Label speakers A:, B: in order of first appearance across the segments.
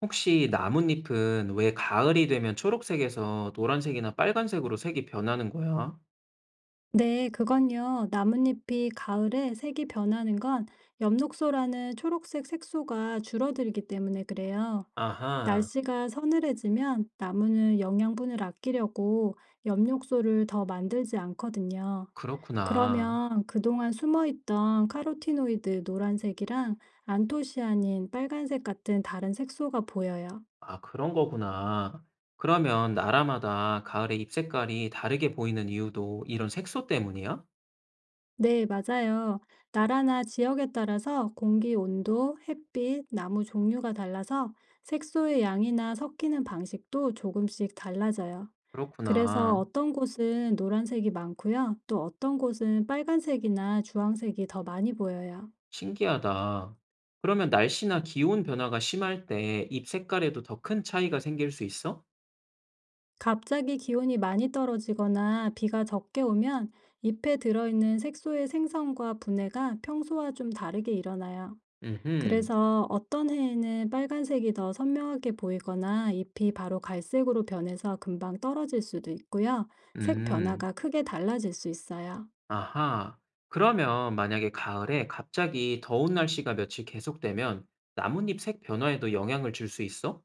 A: 혹시 나뭇잎은 왜 가을이 되면 초록색에서 노란색이나 빨간색으로 색이 변하는 거야?
B: 네, 그건요. 나뭇잎이 가을에 색이 변하는 건 엽록소라는 초록색 색소가 줄어들기 때문에 그래요.
A: 아하,
B: 날씨가 서늘해지면 나무는 영양분을 아끼려고 엽록소를 더 만들지 않거든요.
A: 그렇구나.
B: 그러면 그동안 숨어있던 카로티노이드 노란색이랑 안토시아닌 빨간색 같은 다른 색소가 보여요.
A: 아, 그런 거구나. 그러면 나라마다 가을의 잎 색깔이 다르게 보이는 이유도 이런 색소 때문이야?
B: 네, 맞아요. 나라나 지역에 따라서 공기 온도, 햇빛, 나무 종류가 달라서 색소의 양이나 섞이는 방식도 조금씩 달라져요. 그래서
A: 그렇구나.
B: 어떤 곳은 노란색이 많고요. 또 어떤 곳은 빨간색이나 주황색이 더 많이 보여요.
A: 신기하다. 그러면 날씨나 기온 변화가 심할 때 잎 색깔에도 더 큰 차이가 생길 수 있어?
B: 갑자기 기온이 많이 떨어지거나 비가 적게 오면 잎에 들어있는 색소의 생성과 분해가 평소와 좀 다르게 일어나요.
A: 음흠,
B: 그래서 어떤 해에는 빨간색이 더 선명하게 보이거나 잎이 바로 갈색으로 변해서 금방 떨어질 수도 있고요. 색
A: 음.
B: 변화가 크게 달라질 수 있어요.
A: 아하. 그러면 만약에 가을에 갑자기 더운 날씨가 며칠 계속되면 나뭇잎 색 변화에도 영향을 줄 수 있어?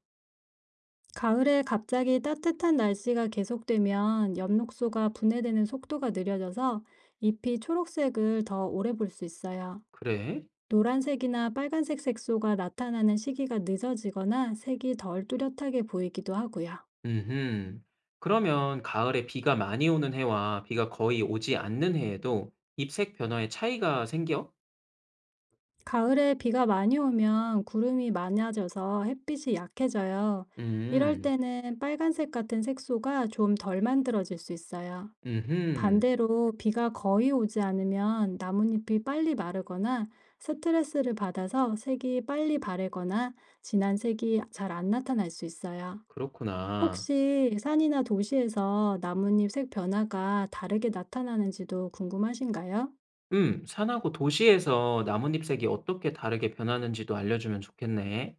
B: 가을에 갑자기 따뜻한 날씨가 계속되면 엽록소가 분해되는 속도가 느려져서 잎이 초록색을 더 오래 볼 수 있어요.
A: 그래?
B: 노란색이나 빨간색 색소가 나타나는 시기가 늦어지거나 색이 덜 뚜렷하게 보이기도 하고요.
A: 음흠. 그러면 가을에 비가 많이 오는 해와 비가 거의 오지 않는 해에도 잎색 변화에 차이가 생겨?
B: 가을에 비가 많이 오면 구름이 많아져서 햇빛이 약해져요. 이럴
A: 음,
B: 때는 빨간색 같은 색소가 좀 덜 만들어질 수 있어요.
A: 음흠.
B: 반대로 비가 거의 오지 않으면 나뭇잎이 빨리 마르거나 스트레스를 받아서 색이 빨리 바래거나 진한 색이 잘 안 나타날 수 있어요.
A: 그렇구나.
B: 혹시 산이나 도시에서 나뭇잎 색 변화가 다르게 나타나는지도 궁금하신가요?
A: 산하고 도시에서 나뭇잎 색이 어떻게 다르게 변하는지도 알려주면 좋겠네.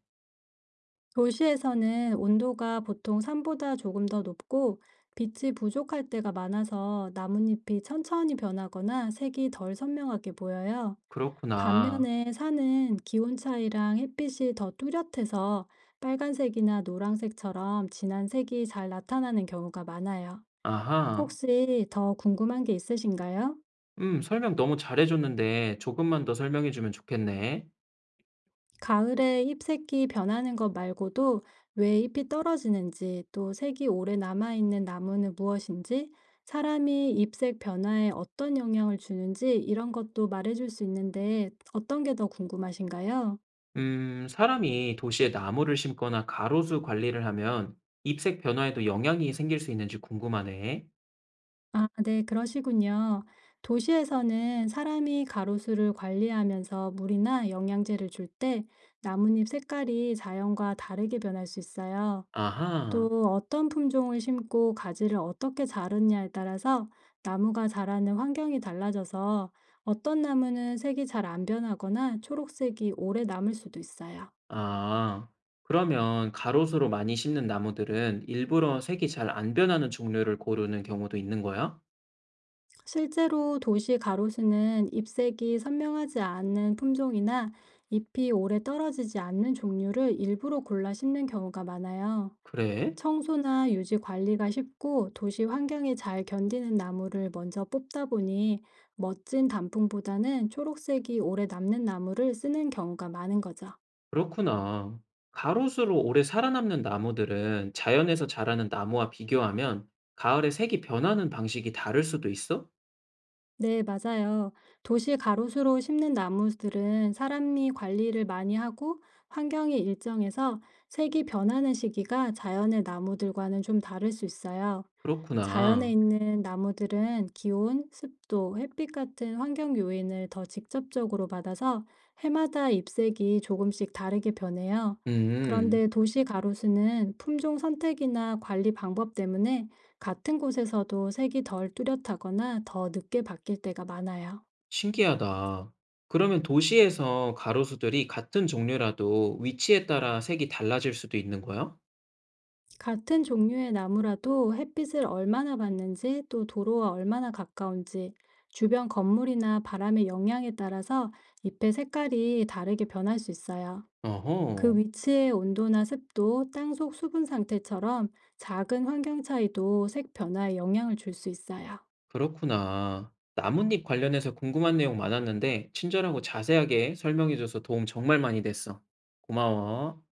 B: 도시에서는 온도가 보통 산보다 조금 더 높고 빛이 부족할 때가 많아서 나뭇잎이 천천히 변하거나 색이 덜 선명하게 보여요.
A: 그렇구나.
B: 반면에 산은 기온 차이랑 햇빛이 더 뚜렷해서 빨간색이나 노란색처럼 진한 색이 잘 나타나는 경우가 많아요.
A: 아하.
B: 혹시 더 궁금한 게 있으신가요?
A: 설명 너무 잘해줬는데 조금만 더 설명해주면 좋겠네.
B: 가을에 잎색이 변하는 것 말고도 왜 잎이 떨어지는지, 또 색이 오래 남아있는 나무는 무엇인지, 사람이 잎색 변화에 어떤 영향을 주는지 이런 것도 말해줄 수 있는데 어떤 게 더 궁금하신가요?
A: 사람이 도시에 나무를 심거나 가로수 관리를 하면 잎색 변화에도 영향이 생길 수 있는지 궁금하네.
B: 아, 네, 그러시군요. 도시에서는 사람이 가로수를 관리하면서 물이나 영양제를 줄 때 나뭇잎 색깔이 자연과 다르게 변할 수 있어요.
A: 아하,
B: 또 어떤 품종을 심고 가지를 어떻게 자르냐에 따라서 나무가 자라는 환경이 달라져서 어떤 나무는 색이 잘 안 변하거나 초록색이 오래 남을 수도 있어요.
A: 아, 그러면 가로수로 많이 심는 나무들은 일부러 색이 잘 안 변하는 종류를 고르는 경우도 있는 거야?
B: 실제로 도시 가로수는 잎색이 선명하지 않은 품종이나 잎이 오래 떨어지지 않는 종류를 일부러 골라 심는 경우가 많아요.
A: 그래?
B: 청소나 유지 관리가 쉽고 도시 환경에 잘 견디는 나무를 먼저 뽑다 보니 멋진 단풍보다는 초록색이 오래 남는 나무를 쓰는 경우가 많은 거죠.
A: 그렇구나. 가로수로 오래 살아남는 나무들은 자연에서 자라는 나무와 비교하면 가을에 색이 변하는 방식이 다를 수도 있어?
B: 네, 맞아요. 도시 가로수로 심는 나무들은 사람이 관리를 많이 하고 환경이 일정해서 색이 변하는 시기가 자연의 나무들과는 좀 다를 수 있어요. 자연에
A: 그렇구나.
B: 있는 나무들은 기온, 습도, 햇빛 같은 환경 요인을 더 직접적으로 받아서 해마다 잎색이 조금씩 다르게 변해요.
A: 음,
B: 그런데 도시 가로수는 품종 선택이나 관리 방법 때문에 같은 곳에서도 색이 덜 뚜렷하거나 더 늦게 바뀔 때가 많아요.
A: 신기하다. 그러면 도시에서 가로수들이 같은 종류라도 위치에 따라 색이 달라질 수도 있는 거야?
B: 같은 종류의 나무라도 햇빛을 얼마나 받는지 또 도로와 얼마나 가까운지 주변 건물이나 바람의 영향에 따라서 잎의 색깔이 다르게 변할 수 있어요. 그
A: 어허,
B: 위치의 온도나 습도, 땅속 수분 상태처럼 작은 환경 차이도 색 변화에 영향을 줄 수 있어요.
A: 그렇구나. 나뭇잎 관련해서 궁금한 내용 많았는데, 친절하고 자세하게 설명해줘서 도움 정말 많이 됐어. 고마워.